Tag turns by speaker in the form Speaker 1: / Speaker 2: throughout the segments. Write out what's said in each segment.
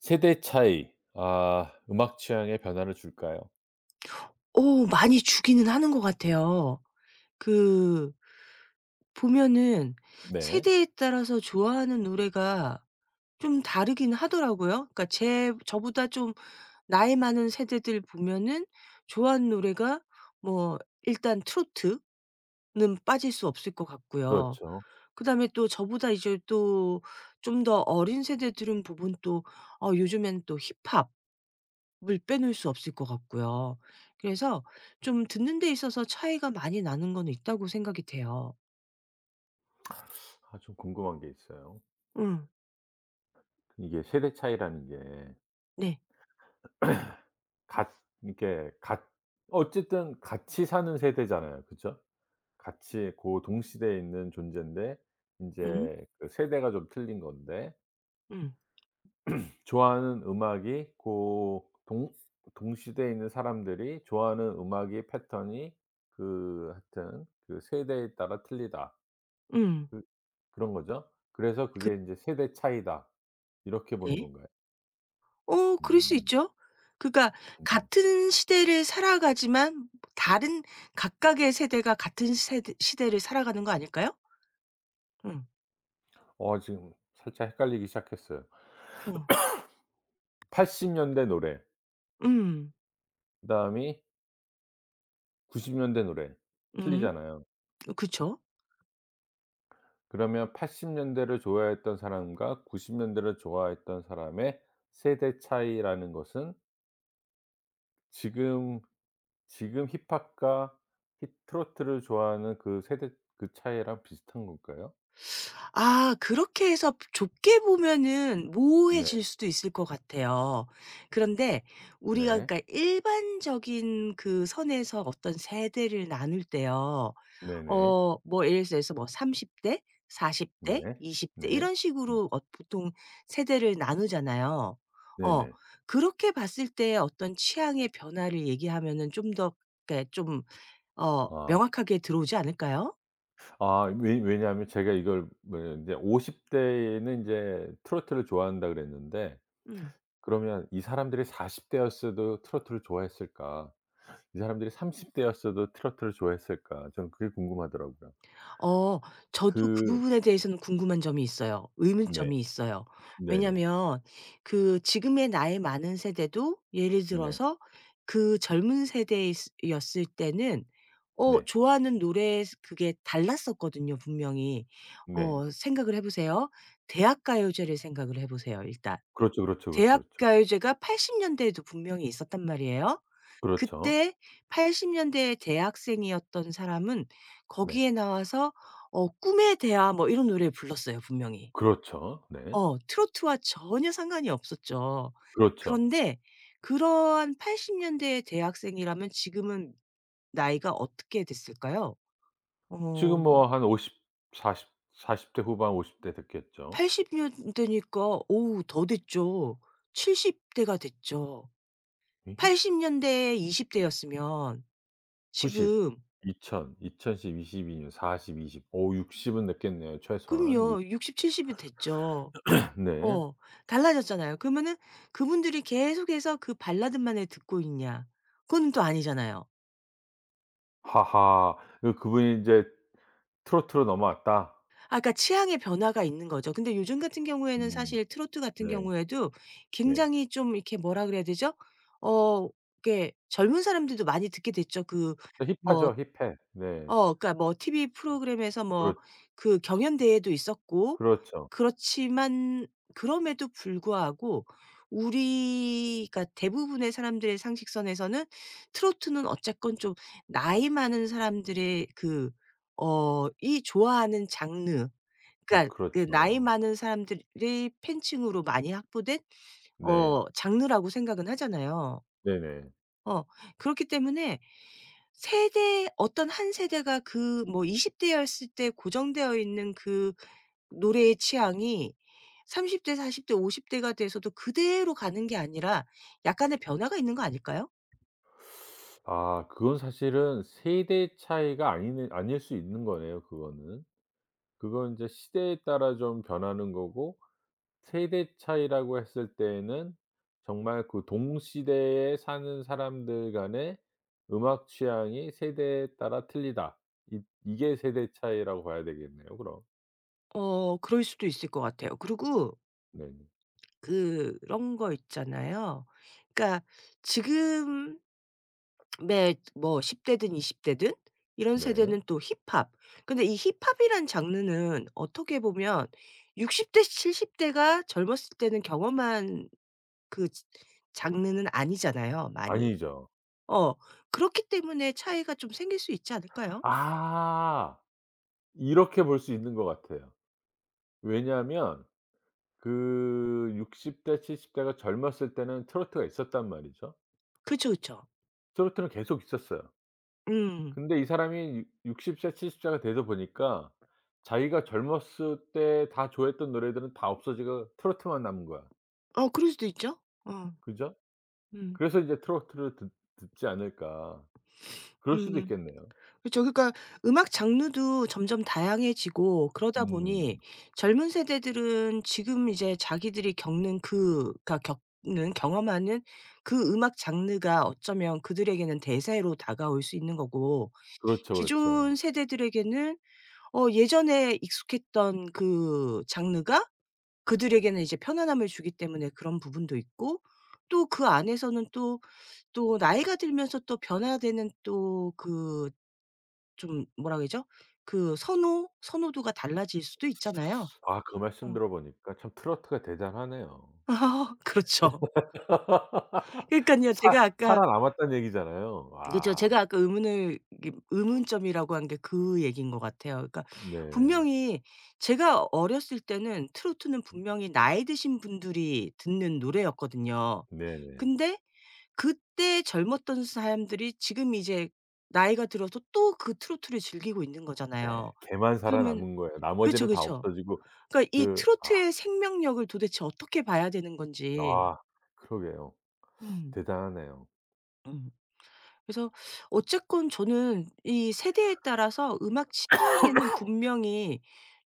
Speaker 1: 세대 차이. 아 음악 취향에 변화를 줄까요?
Speaker 2: 많이 주기는 하는 것 같아요. 그 보면은
Speaker 1: 네.
Speaker 2: 세대에 따라서 좋아하는 노래가 좀 다르긴 하더라고요. 그러니까 제 저보다 좀 나이 많은 세대들 보면은 좋아하는 노래가 뭐 일단 트로트는 빠질 수 없을 것 같고요.
Speaker 1: 그렇죠.
Speaker 2: 그다음에 또 저보다 이제 또 좀 더 어린 세대들은 부분 또 요즘엔 또 힙합 물 빼놓을 수 없을 것 같고요. 그래서 좀 듣는 데 있어서 차이가 많이 나는 건 있다고 생각이 돼요.
Speaker 1: 아 좀 궁금한 게 있어요.
Speaker 2: 음.
Speaker 1: 이게 세대 차이라는 게
Speaker 2: 네.
Speaker 1: 같 이렇게 같 어쨌든 같이 사는 세대잖아요. 그죠? 같이 고 동시대에 있는 존재인데 이
Speaker 2: 음.
Speaker 1: 제 그 세대가 좀 틀린 건데
Speaker 2: 음.
Speaker 1: 좋아하는 음악이 고 동 동시대에 있는 사람들이 좋아하는 음악의 패턴이 그 하여튼 그 세대에 따라 틀리다.
Speaker 2: 음.
Speaker 1: 그 그런 거죠. 그래서
Speaker 2: 그.
Speaker 1: 그게 인제 '세대 차이다.' 이렇게 보는
Speaker 2: 네.
Speaker 1: 건가요?
Speaker 2: 그럴 수
Speaker 1: 음.
Speaker 2: 있죠. 그러니까
Speaker 1: 음.
Speaker 2: 같은 시대를 살아가지만 다른 각각의 세대가 같은 세대 시대를 살아가는 거 아닐까요? 음.
Speaker 1: 지금 살짝 헷갈리기 시작했어요.
Speaker 2: 어.
Speaker 1: 80 년대 노래.
Speaker 2: 음.
Speaker 1: 그다음이 90 년대 노래.
Speaker 2: 음.
Speaker 1: 틀리잖아요.
Speaker 2: 그쵸.
Speaker 1: 그러면 80 년대를 좋아했던 사람과 90 년대를 좋아했던 사람의 세대 차이라는 것은 지금 지금 힙합과 힙 트로트를 좋아하는 그 세대, 그 차이랑 비슷한 걸까요?
Speaker 2: 아, 그렇게 해서 좁게 보면은
Speaker 1: 네.
Speaker 2: 모호해질 수도 있을 것 같아요. 그런데 우리가
Speaker 1: 네.
Speaker 2: 그러니까 일반적인 그 선에서 어떤 세대를 나눌 때요.
Speaker 1: 네네.
Speaker 2: 뭐 예를 들어서 뭐 30 대, 40
Speaker 1: 네.
Speaker 2: 대, 20대
Speaker 1: 네.
Speaker 2: 이런
Speaker 1: 음.
Speaker 2: 식으로 보통 세대를 나누잖아요. 어
Speaker 1: 네네.
Speaker 2: 그렇게 봤을 때 어떤 취향의 변화를 얘기하면은 좀 더 그러니까 좀
Speaker 1: 아.
Speaker 2: 명확하게 들어오지 않을까요?
Speaker 1: 아 왜 왜냐하면 제가 이걸 왜 인제 50 대에는 인제 트로트를 좋아한다 그랬는데.
Speaker 2: 음.
Speaker 1: 그러면 '이 사람들이 40 대였어도 트로트를 좋아했을까? 이 사람들이 30 대였어도 트로트를 좋아했을까?' 저는 그게 궁금하더라고요.
Speaker 2: 어 저도 그
Speaker 1: 그
Speaker 2: 부분에 대해서는 궁금한 점이 있어요.
Speaker 1: 네.
Speaker 2: 의문점이 있어요.
Speaker 1: 네네.
Speaker 2: 왜냐면 그 지금의 나이 많은 세대도 예를
Speaker 1: 네.
Speaker 2: 들어서 그 젊은 세대 였을 때는
Speaker 1: 네.
Speaker 2: 좋아하는 노래 그게 달랐었거든요, 분명히.
Speaker 1: 네.
Speaker 2: 생각을 해 보세요. 대학 가요제를 생각을 해 보세요, 일단.
Speaker 1: 그렇죠, 그렇죠, 그렇죠,
Speaker 2: 대학
Speaker 1: 그렇죠.
Speaker 2: 가요제가 80 년대에도 분명히 있었단 말이에요.
Speaker 1: 그렇죠.
Speaker 2: 그때 80 년대 대학생이었던 사람은
Speaker 1: 네.
Speaker 2: 거기에 나와서 꿈에 대하 뭐 이런 노래를 불렀어요, 분명히.
Speaker 1: 그렇죠. 네.
Speaker 2: 트로트와 전혀 상관이 없었죠.
Speaker 1: 그렇죠.
Speaker 2: 그런데 그러한 80 년대의 대학생이라면 지금은 나이가 어떻게 됐을까요? 어.
Speaker 1: 지금 뭐 한 50, 40, 40대 후반, 50대 됐겠죠.
Speaker 2: 80 년대니까 어우 더 됐죠. 70 대가 됐죠. 80 년대에 20 대였으면
Speaker 1: 90,
Speaker 2: 지금
Speaker 1: 2000, 2010, 22년, 40, 20. 오60 은 냈겠네요 최소한. 육
Speaker 2: 그럼요. 60-70이 됐죠.
Speaker 1: 네.
Speaker 2: 어. 달라졌잖아요. 그러면은 그분들이 계속해서 그 발라드만을 듣고 있냐. 그건 또 아니잖아요.
Speaker 1: 하하. 그분이 인제 트로트로 넘어왔다.
Speaker 2: 아까 취향의 변화가 있는 거죠. 근데 요즘 같은 경우에는
Speaker 1: 음.
Speaker 2: 사실 트로트 같은
Speaker 1: 네.
Speaker 2: 경우에도
Speaker 1: 네.
Speaker 2: 굉장히 좀 이렇게 뭐라 그래야 되죠? 어 이렇게 젊은 사람들도 많이 듣게 됐죠. 그뭐
Speaker 1: 힙하죠, 힙해. 네.
Speaker 2: 그러니까 뭐 TV 프로그램에서 뭐
Speaker 1: 그렇
Speaker 2: 그 경연대회도 있었고.
Speaker 1: 그렇죠.
Speaker 2: 그렇지만 그럼에도 불구하고 우리 가 대부분의 사람들의 상식선에서는 트로트는 어쨌건 좀 나이 많은 사람들의 그 어 이 좋아하는 장르, 그러니까 그 나이
Speaker 1: 그렇죠.
Speaker 2: 많은 사람들이 팬층으로 많이 확보된
Speaker 1: 네.
Speaker 2: 장르라고 생각은 하잖아요.
Speaker 1: 네네.
Speaker 2: 어 그렇기 때문에 세대 어떤 한 세대가 그 뭐 20 대였을 때 고정되어 있는 그 노래의 취향이 30 대, 40 대, 50 대가 돼서도 그대로 가는 게 아니라 약간의 변화가 있는 거 아닐까요?
Speaker 1: 아 그건 사실은 세대 차이가 아니네, 아닐 수 있는 거네요 그거는. 그건 인제 시대에 따라 좀 변하는 거고, 세대 차이라고 했을 때에는 정말 그 동시대에 사는 사람들 간의 음악 취향이 세대에 따라 틀리다. 이 이게 세대 차이라고 봐야 되겠네요 그럼.
Speaker 2: 그럴 수도 있을 것 같아요. 그리고
Speaker 1: 네네.
Speaker 2: 그런 거 있잖아요. 그러니까 지금 네. 뭐 10 대든 20 대든 이런
Speaker 1: 네.
Speaker 2: 세대는 또 힙합. 근데 이 힙합이란 장르는 어떻게 보면 60대 70 대가 젊었을 때는 경험한 그 지 장르는 아니잖아요, 많이.
Speaker 1: 아니죠.
Speaker 2: 어. 그렇기 때문에 차이가 좀 생길 수 있지 않을까요?
Speaker 1: 아. 이렇게 볼 수 있는 것 같아요. 왜냐하면 그 60대 70 대가 젊었을 때는 트로트가 있었단 말이죠.
Speaker 2: 그쵸, 그쵸.
Speaker 1: 트로트는 계속 있었어요.
Speaker 2: 음.
Speaker 1: 근데 이 사람이 육 60세 70 세가 되서 보니까 자기가 젊었을 때 다 좋아했던 노래들은 다 없어지고 트로트만 남은 거야.
Speaker 2: 그럴 수도 있죠. 어.
Speaker 1: 그죠?
Speaker 2: 음.
Speaker 1: 그래서 이제 트로트를 듣 듣지 않을까. 그럴 수도
Speaker 2: 음.
Speaker 1: 있겠네요.
Speaker 2: 그죠. 그러니까 음악 장르도 점점 다양해지고 그러다 보니
Speaker 1: 음.
Speaker 2: 젊은 세대들은 지금 이제 자기들이 겪는 그 그러니까 겪는 경험하는 그 음악 장르가 어쩌면 그들에게는 대세로 다가올 수 있는 거고,
Speaker 1: 그렇죠,
Speaker 2: 기존
Speaker 1: 그렇죠.
Speaker 2: 세대들에게는 예전에 익숙했던 그 장르가 그들에게는 이제 편안함을 주기 때문에 그런 부분도 있고, 또 그 안에서는 또, 또 나이가 들면서 또 변화되는 또그 좀 뭐라 그러죠? 그 선호, 선호도가 달라질 수도 있잖아요.
Speaker 1: 아 그 말씀
Speaker 2: 어.
Speaker 1: 들어보니까 참 트로트가 대단하네요.
Speaker 2: 그렇죠. 그러니까요
Speaker 1: 사
Speaker 2: 제가 아까,
Speaker 1: 살아남았다는 얘기잖아요.
Speaker 2: 그죠.
Speaker 1: 와.
Speaker 2: 제가 아까 의문을 이게 의문점이라고 한 게 그 얘기인 것 같아요. 그러니까
Speaker 1: 네.
Speaker 2: 분명히 제가 어렸을 때는 트로트는 분명히 나이 드신 분들이 듣는 노래였거든요.
Speaker 1: 네네. 네.
Speaker 2: 근데 그때 젊었던 사람들이 지금 이제 나이가 들어서 또 그 트로트를 즐기고 있는
Speaker 1: 네.
Speaker 2: 거잖아요.
Speaker 1: 걔만
Speaker 2: 그러면
Speaker 1: 살아남은 거예요.
Speaker 2: 그렇죠
Speaker 1: 나머지는
Speaker 2: 그렇
Speaker 1: 다
Speaker 2: 죠
Speaker 1: 없어지고.
Speaker 2: 그러니까 이
Speaker 1: 그 아
Speaker 2: 트로트의 생명력을 도대체 어떻게 봐야 되는 건지.
Speaker 1: 아 그러게요.
Speaker 2: 음.
Speaker 1: 대단하네요.
Speaker 2: 음. 그래서 어쨌건 저는 이 세대에 따라서 음악 취향에는 분명히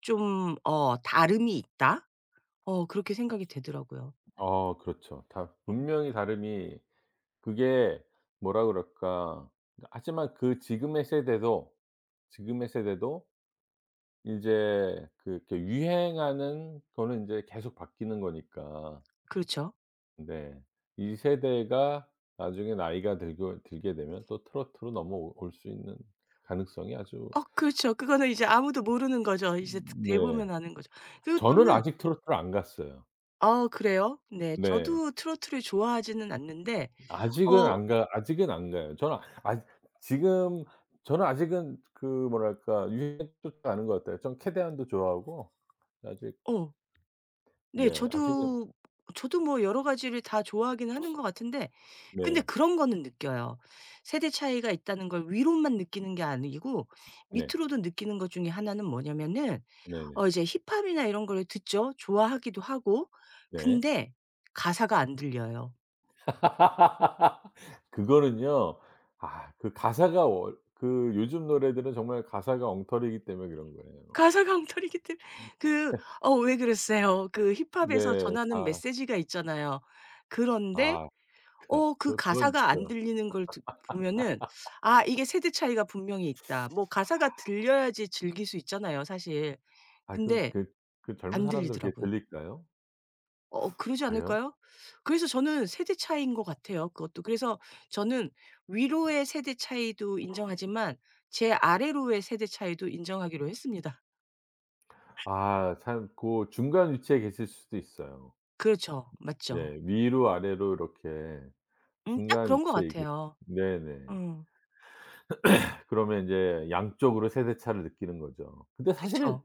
Speaker 2: 좀 다름이 있다. 그렇게 생각이 되더라고요.
Speaker 1: 그렇죠. 다 문명히 다름이, 그게 뭐라 그럴까. 하지만 그 지금의 세대도, 지금의 세대도 인제 그 이렇게 유행하는 거는 인제 계속 바뀌는 거니까.
Speaker 2: 그렇죠.
Speaker 1: 네. 이 세대가 나중에 나이가 들고 들게 되면 또 트로트로 넘어올 수 있는 가능성이 아주.
Speaker 2: 그렇죠. 그거는 이제 아무도 모르는 거죠. 이제 대보면
Speaker 1: 네.
Speaker 2: 아는 거죠. 그리고
Speaker 1: 저는
Speaker 2: 또는
Speaker 1: 아직 트로트를 안 갔어요.
Speaker 2: 아, 그래요? 네.
Speaker 1: 네.
Speaker 2: 저도 트로트를 좋아하지는 않는데 어
Speaker 1: 아직은 안 가요. 지금 저는 아직은 그 뭐랄까 유행에 쫓아가는 것 같아요. 전 캐대안도 좋아하고 아직.
Speaker 2: 어 네.
Speaker 1: 네. 아직은.
Speaker 2: 저도 뭐 여러 가지를 다 좋아하긴 하는 것 같은데, 근데
Speaker 1: 네.
Speaker 2: 그런 거는 느껴요. 세대 차이가 있다는 걸 위로만 느끼는 게 아니고
Speaker 1: 네.
Speaker 2: 밑으로도 느끼는 것 중에 하나는 뭐냐면은
Speaker 1: 네네. 네.
Speaker 2: 이제 힙합이나 이런 걸 듣죠. 좋아하기도 하고.
Speaker 1: 네.
Speaker 2: 근데 가사가 안 들려요.
Speaker 1: 그거는요. 아 그 가사가, 워 그 요즘 노래들은 정말 가사가 엉터리이기 때문에 그런 거예요.
Speaker 2: 가사가 엉터리기 때문에. 그 "어 왜 그랬어요." 그 힙합에서
Speaker 1: 네.
Speaker 2: 전하는
Speaker 1: 다.
Speaker 2: 메시지가 있잖아요. 그런데
Speaker 1: 아
Speaker 2: 그
Speaker 1: 그건
Speaker 2: 가사가 안
Speaker 1: 진짜.
Speaker 2: 들리는 걸 듣 보면은 '아 이게 세대 차이가 분명히 있다.' 뭐 가사가 들려야지 즐길 수 있잖아요, 사실.
Speaker 1: 아
Speaker 2: 근데
Speaker 1: 젊은
Speaker 2: 안
Speaker 1: 사람들 그게
Speaker 2: 들리더라고요.
Speaker 1: 들릴까요?
Speaker 2: 그러지
Speaker 1: 과연?
Speaker 2: 않을까요? 그래서 저는 세대 차이인 것 같아요 그것도. 그래서 저는 위로의 세대 차이도 인정하지만 제 아래로의 세대 차이도 인정하기로 했습니다.
Speaker 1: 아 참 고 중간 위치에 계실 수도 있어요.
Speaker 2: 그렇죠. 맞죠.
Speaker 1: 예. 위로 아래로 이렇게,
Speaker 2: 음, 딱
Speaker 1: 중간
Speaker 2: 그런 것
Speaker 1: 위치에 이렇게.
Speaker 2: 같아요.
Speaker 1: 네네.
Speaker 2: 음.
Speaker 1: 그러면 인제 양쪽으로 세대차를 느끼는 거죠. 근데 사실은
Speaker 2: 그쵸.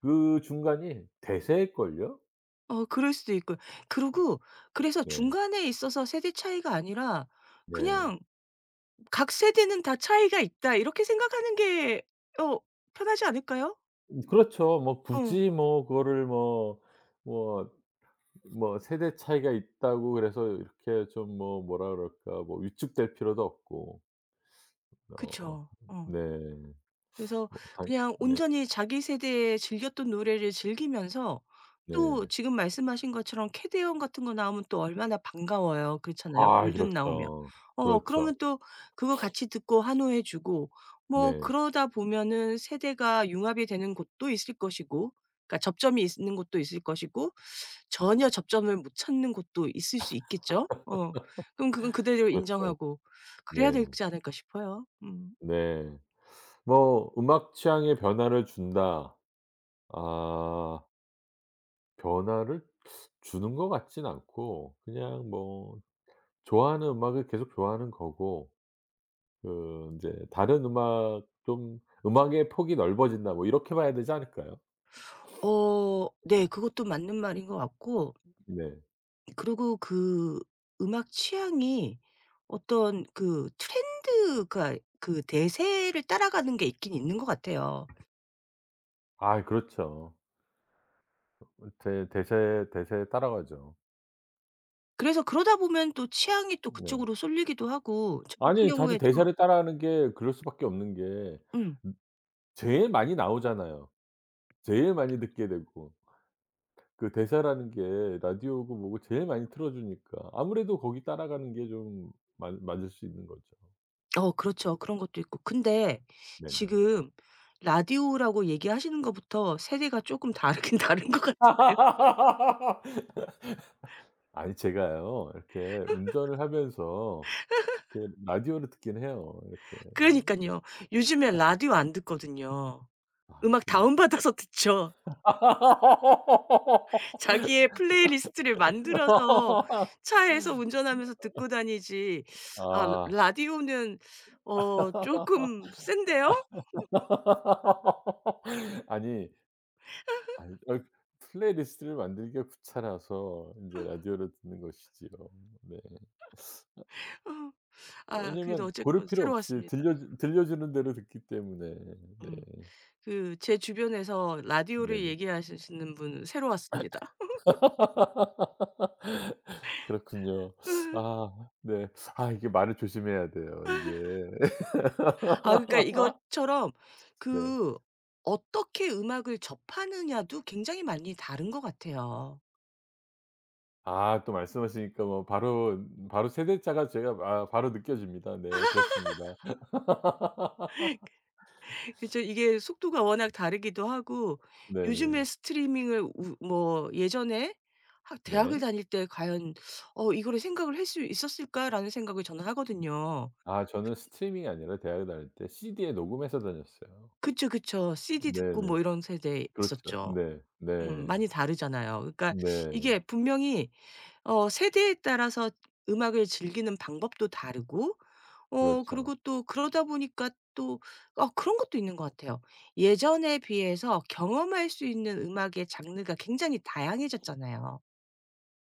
Speaker 1: 그 중간이 대세일걸요?
Speaker 2: 그럴 수도 있고요. 그리고 그래서
Speaker 1: 네.
Speaker 2: 중간에 있어서 세대 차이가 아니라
Speaker 1: 네.
Speaker 2: 그냥 '각 세대는 다 차이가 있다.' 이렇게 생각하는 게 어 편하지 않을까요?
Speaker 1: 그렇죠. 뭐
Speaker 2: 어.
Speaker 1: 굳이 뭐 그거를 뭐 뭐 세대 차이가 있다고 그래서 이렇게 좀 뭐 뭐라 그럴까 뭐 위축될 필요도 없고. 어.
Speaker 2: 그쵸. 어.
Speaker 1: 네.
Speaker 2: 그래서
Speaker 1: 뭐 당.
Speaker 2: 그냥
Speaker 1: 네.
Speaker 2: 온전히 자기 세대에 즐겼던 노래를 즐기면서 또
Speaker 1: 네.
Speaker 2: 지금 말씀하신 것처럼 캐대언 같은 거 나오면 또 얼마나 반가워요. 그렇잖아요.
Speaker 1: 아
Speaker 2: 골든 나오면.
Speaker 1: 그렇죠. 그렇죠.
Speaker 2: 그러면 또 그거 같이 듣고 환호해 주고 뭐
Speaker 1: 네.
Speaker 2: 그러다 보면은 세대가 융합이 되는 곳도 있을 것이고 그러니까 접점이 있는 곳도 있을 것이고 전혀 접점을 못 찾는 곳도 있을 수 있겠죠. 어. 그럼 그건 그대로
Speaker 1: 그렇죠.
Speaker 2: 인정하고 그래야
Speaker 1: 네.
Speaker 2: 되지 않을까 싶어요. 음.
Speaker 1: 네. 뭐 '음악 취향에 변화를 준다.' 아 변화를 주는 것 같진 않고 그냥 뭐 좋아하는 음악을 계속 좋아하는 거고, 그 인제 다른 음악 좀, '음악의 폭이 넓어진다.' 뭐 이렇게 봐야 되지 않을까요?
Speaker 2: 네. 그것도 맞는 말인 것 같고,
Speaker 1: 네.
Speaker 2: 그리고 그 음악 취향이 어떤 그 트렌드가 그 대세를 따라가는 게 있긴 있는 것 같아요.
Speaker 1: 아 그렇죠. 대 대세 대세에 따라가죠.
Speaker 2: 그래서 그러다 보면 또 취향이 또
Speaker 1: 네.
Speaker 2: 그쪽으로 쏠리기도 하고 저 같은
Speaker 1: 아니 사실
Speaker 2: 경우에도
Speaker 1: 대세를 따라가는 게 그럴 수밖에 없는 게
Speaker 2: 음.
Speaker 1: 제일 많이 나오잖아요. 제일 많이 듣게 되고. 그 대사라는 게 라디오고 뭐고 제일 많이 틀어 주니까 아무래도 거기 따라가는 게 좀 맞 맞을 수 있는 거죠.
Speaker 2: 그렇죠. 그런 것도 있고. 근데
Speaker 1: 네네.
Speaker 2: 지금 라디오라고 얘기하시는 것부터 세대가 조금 다르긴 다른 것 같은데요.
Speaker 1: 아니 제가요 이렇게 운전을 하면서 이렇게 라디오를 듣긴 해요 이렇게.
Speaker 2: 그러니까
Speaker 1: 네.
Speaker 2: 요 요즘에 라디오 안 듣거든요.
Speaker 1: 아
Speaker 2: 음악
Speaker 1: 그럼.
Speaker 2: 다운받아서 듣죠. 자기의 플레이리스트를 만들어서 차에서 운전하면서 듣고 다니지. 아
Speaker 1: 아.
Speaker 2: 라디오는 쪼끔 센데요?
Speaker 1: 아니, 아 어 플레이리스트를 만들기가 귀찮아서 인제 라디오를 듣는 것이지요. 네.
Speaker 2: 어. 아 그래도
Speaker 1: 왜냐면 고를
Speaker 2: 어쨌건
Speaker 1: 필요 없이
Speaker 2: 새로웠습니다.
Speaker 1: 들려주는 대로 듣기 때문에. 네.
Speaker 2: 음. 그 제 주변에서 라디오를
Speaker 1: 네네.
Speaker 2: 얘기하시는 분은 새로웠습니다.
Speaker 1: 그렇군요. 아 네. 아 이게 말을 조심해야 돼요 이게.
Speaker 2: 아 그러니까 이것처럼
Speaker 1: 네.
Speaker 2: 그 어떻게 음악을 접하느냐도 굉장히 많이 다른 것 같아요.
Speaker 1: 아 또 말씀하시니까 뭐, 바로 세대차가 제가 아 바로 느껴집니다. 네 그렇습니다.
Speaker 2: 그죠. 이게 속도가 워낙 다르기도 하고 요즘에
Speaker 1: 네네.
Speaker 2: 스트리밍을 우 뭐 예전에 학 대학을
Speaker 1: 네.
Speaker 2: 다닐 때 과연 '어 이거를 생각을 할 수 있었을까?'라는 생각을 저는 하거든요.
Speaker 1: 아
Speaker 2: 그
Speaker 1: 저는 스트리밍이 아니라 대학에 다닐 때 CD에 녹음해서 다녔어요.
Speaker 2: 그쵸, 그쵸. CD 듣고
Speaker 1: 네네.
Speaker 2: 뭐 이런 세대
Speaker 1: 그렇죠.
Speaker 2: 있었죠.
Speaker 1: 네.
Speaker 2: 음,
Speaker 1: 네.
Speaker 2: 많이 다르잖아요. 그러니까
Speaker 1: 네.
Speaker 2: 이게 분명히 세대에 따라서 음악을 즐기는 방법도 다르고,
Speaker 1: 그렇죠.
Speaker 2: 그리고 또 그러다 보니까 또 어, 그런 것도 있는 것 같아요. 예전에 비해서 경험할 수 있는 음악의 장르가 굉장히 다양해졌잖아요.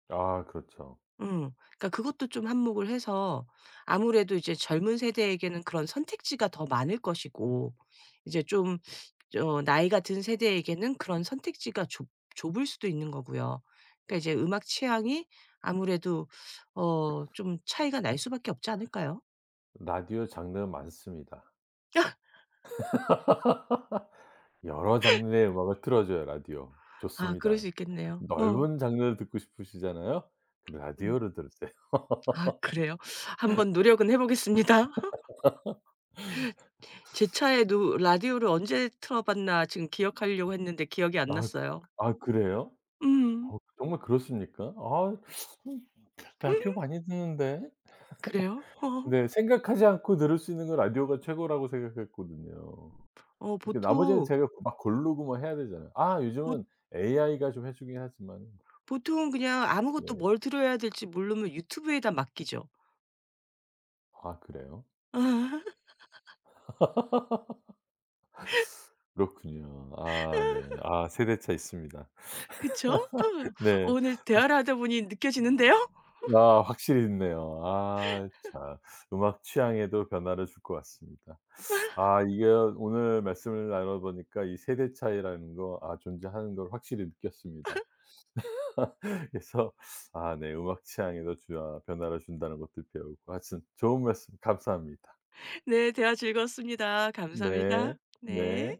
Speaker 1: 아 그렇죠.
Speaker 2: 음. 그러니까 그것도 좀 한몫을 해서 아무래도 이제 젊은 세대에게는 그런 선택지가 더 많을 것이고, 이제 좀 나이가 든 세대에게는 그런 선택지가 좁 좁을 수도 있는 거고요. 그러니까 이제 음악 취향이 아무래도 좀 차이가 날 수밖에 없지 않을까요?
Speaker 1: 라디오 장르 많습니다. 여러 장르의 음악을 틀어 줘요 라디오.
Speaker 2: 아 그럴 수
Speaker 1: 좋습니다.
Speaker 2: 있겠네요. 어.
Speaker 1: 넓은 장르를 듣고 싶으시잖아요? 그럼
Speaker 2: 음.
Speaker 1: 라디오를 들으세요.
Speaker 2: 아 그래요? 한번 노력은 해 보겠습니다. 제 차에도 라디오를 언제 틀어 봤나 지금 기억하려고 했는데 기억이 안
Speaker 1: 아
Speaker 2: 났어요.
Speaker 1: 아 그래요?
Speaker 2: 음.
Speaker 1: 어 정말 그렇습니까? 아 라디오 많이 듣는데.
Speaker 2: 그래요? 어.
Speaker 1: 네. 생각하지 않고 들을 수 있는 건 라디오가 최고라고 생각했거든요.
Speaker 2: 어
Speaker 1: 그렇게 나머지는
Speaker 2: 보통
Speaker 1: 제가 그 막 고르고 뭐 해야 되잖아요. 아
Speaker 2: 보
Speaker 1: 요즘은 AI가 좀 해 주긴 하지만.
Speaker 2: 보통 그냥 아무것도
Speaker 1: 네.
Speaker 2: 뭘 들어야 될지 모르면 유튜브에다 맡기죠.
Speaker 1: 아 그래요? 그렇군요. 아 네. 아 세대차 있습니다.
Speaker 2: 그쵸?
Speaker 1: 네.
Speaker 2: 오늘 대화를 하다 보니 느껴지는데요?
Speaker 1: 아 확실히 있네요. 아 참 음악 취향에도 변화를 줄 것 같습니다. 아 이게 오늘 말씀을 나눠 보니까 이 세대 차이라는 거, 아 존재하는 걸 확실히 느꼈습니다. 그래서 아 네 음악 취향에도 주아 변화를 준다는 것도 배우고, 하여튼 좋은 말씀 감사합니다.
Speaker 2: 네. 대화 즐거웠습니다.
Speaker 1: 네.
Speaker 2: 감사합니다. 네.
Speaker 1: 네.